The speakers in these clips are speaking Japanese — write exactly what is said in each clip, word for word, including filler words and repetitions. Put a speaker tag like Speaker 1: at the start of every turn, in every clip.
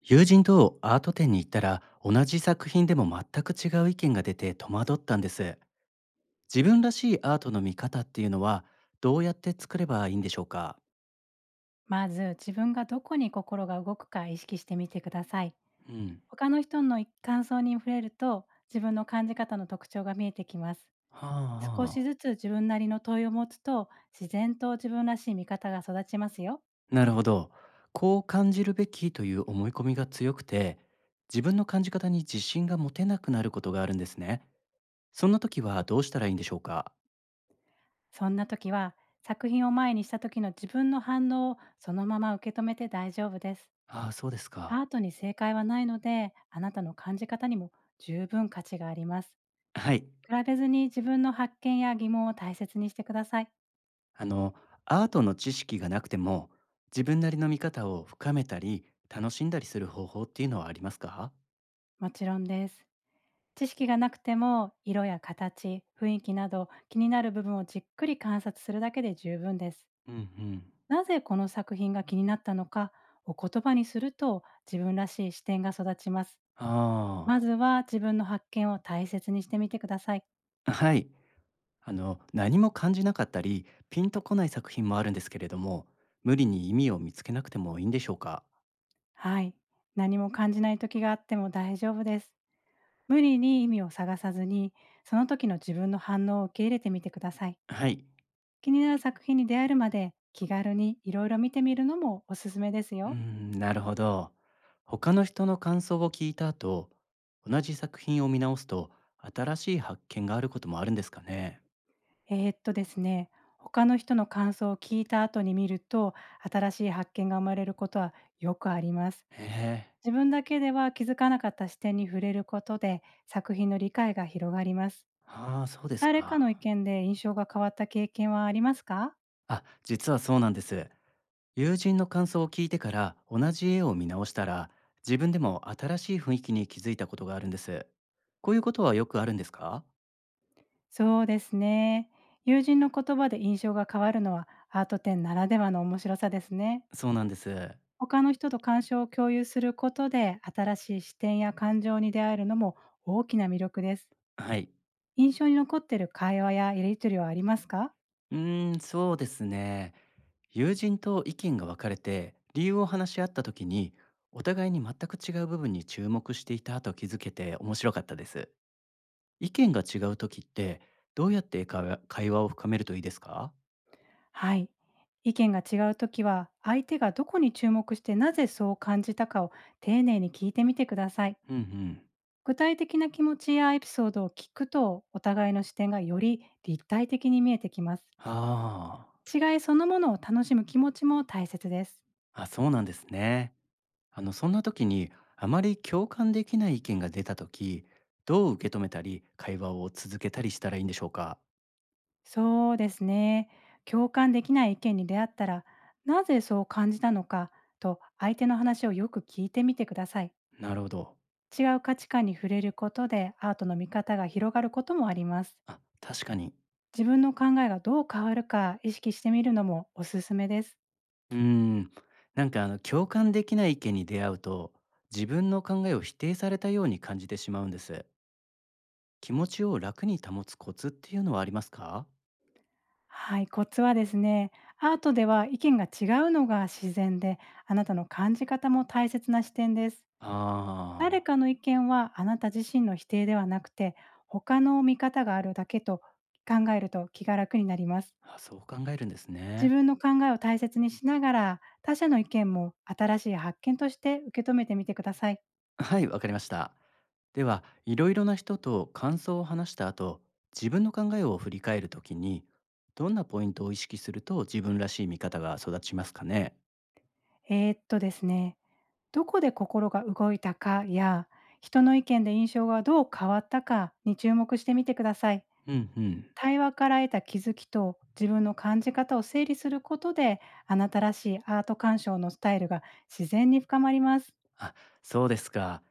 Speaker 1: 友人とアート展に行ったら、同じ作品でも全く違う意見が出て戸惑ったんです。自分らしいアートの見方っていうのは、どうやって作ればいいんでしょうか？
Speaker 2: まず自分がどこに心が動くか意識してみてください。
Speaker 1: うん。
Speaker 2: 他の人の感想に触れると自分の感じ方の特徴が見えてきます。
Speaker 1: はあ、
Speaker 2: 少し
Speaker 1: は
Speaker 2: ずつ自分なりの問いを持つと自然と自分らしい見方が育ちますよ。
Speaker 1: あ、なるほど。こう感じるべきという思い込みが強くて、自分の感じ方に自信が持てなくなることがあるんですね。そんな時はどうしたらいいんでしょうか？
Speaker 2: そんな時は、作品を前にした時の自分の反応をそのまま受け止めて大丈夫です。
Speaker 1: ああ、そうですか。
Speaker 2: アートに正解はないので、あなたの感じ方にも十分価値があります。
Speaker 1: はい。
Speaker 2: 比べずに自分の発見や疑問を大切にしてください。
Speaker 1: あの、アートの知識がなくても、自分なりの見方を深めたり、楽しんだりする方法っていうのはありますか？
Speaker 2: もちろんです。知識がなくても色や形、雰囲気など気になる部分をじっくり観察するだけで十分です。
Speaker 1: うんうん。
Speaker 2: なぜこの作品が気になったのか、お言葉にすると自分らしい視点が育ちます。ま
Speaker 1: あ
Speaker 2: ずは自分の発見を大切にしてみてください。
Speaker 1: あ、はい。あの、何も感じなかったり、ピンとこない作品もあるんですけれども、無理に意味を見つけなくてもいいんでしょうか？
Speaker 2: はい。何も感じない時があっても大丈夫です。無理に意味を探さずに、その時の自分の反応を受け入れてみてください。
Speaker 1: はい。
Speaker 2: 気になる作品に出会えるまで気軽にいろいろ見てみるのもおすすめです
Speaker 1: うー
Speaker 2: よ。
Speaker 1: ん、なるほど。他の人の感想を聞いた後、同じ作品を見直すと、新しい発見があることもあるんですかね？
Speaker 2: えーっとですね、他の人の感想を聞いた後に見ると、新しい発見が生まれることはよくあります。
Speaker 1: へえ。
Speaker 2: 自分だけでは気づかなかった視点に触れることで、作品の理解が広がります。
Speaker 1: ああ、そうです
Speaker 2: 誰か
Speaker 1: か。
Speaker 2: の意見で印象が変わった経験はありますか？
Speaker 1: あ、実はそうなんです。友人の感想を聞いてから同じ絵を見直したら、自分でも新しい雰囲気に気づいたことがあるんです。こういうことはよくあるんですか？
Speaker 2: そうですね。友人の言葉で印象が変わるのはアート展ならではの面白さですね。
Speaker 1: そうなんです。
Speaker 2: 他の人と鑑賞を共有することで、新しい視点や感情に出会えるのも大きな魅力です。
Speaker 1: はい。
Speaker 2: 印象に残ってる会話ややり取りはありますか？
Speaker 1: うーん、そうですね。友人と意見が分かれて、理由を話し合った時に、お互いに全く違う部分に注目していたと気づけて面白かったです。意見が違う時って、どうやって会話会話を深めるといいですか？
Speaker 2: はい。意見が違うときは、相手がどこに注目してなぜそう感じたかを丁寧に聞いてみてください。
Speaker 1: うんうん。
Speaker 2: 具体的な気持ちやエピソードを聞くと、お互いの視点がより立体的に見えてきます。
Speaker 1: はあ。
Speaker 2: 違いそのものを楽しむ気持ちも大切です。
Speaker 1: あ、そうなんですね。あの、そんな時にあまり共感できない意見が出た時、どう受け止めたり、会話を続けたりしたらいいんでしょうか？
Speaker 2: そうですね。共感できない意見に出会ったら、なぜそう感じたのかと相手の話をよく聞いてみてください。
Speaker 1: なるほど。
Speaker 2: 違う価値観に触れることでアートの見方が広がることもあります。
Speaker 1: あ、確かに。
Speaker 2: 自分の考えがどう変わるか意識してみるのもおすすめです。
Speaker 1: うーん。なんかあの、共感できない意見に出会うと、自分の考えを否定されたように感じてしまうんです。気持ちを楽に保つコツっていうのはありますか？
Speaker 2: はい、コツはですね、アートでは意見が違うのが自然で、あなたの感じ方も大切な視点です。誰
Speaker 1: あ
Speaker 2: かの意見はあなた自身の否定ではなくて、他の見方があるだけと考えると気が楽になります。
Speaker 1: あ、あ、そう考えるんですね。
Speaker 2: 自分の考えを大切にしながら、他者の意見も新しい発見として受け止めてみてください。
Speaker 1: はい、わかりました。では、いろいろな人と感想を話した後、自分の考えを振り返るときに、どんなポイントを意識すると自分らしい見方が育ちますかね？
Speaker 2: えーっとですね、どこで心が動いたかや、人の意見で印象がどう変わったかに注目してみてください。
Speaker 1: うんうん。
Speaker 2: 対話から得た気づきと自分の感じ方を整理することで、あなたらしいアート鑑賞のスタイルが自然に深まります。
Speaker 1: あ、そうですか。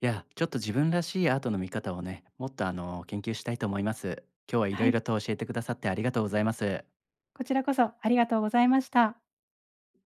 Speaker 1: いや、ちょっと自分らしいアートの見方をね、もっとあの研究したいと思います。今日はいろ
Speaker 2: は
Speaker 1: い
Speaker 2: い、
Speaker 1: ろと教えてくださって、ありがとうございます。
Speaker 2: こちらこそありがとうございました。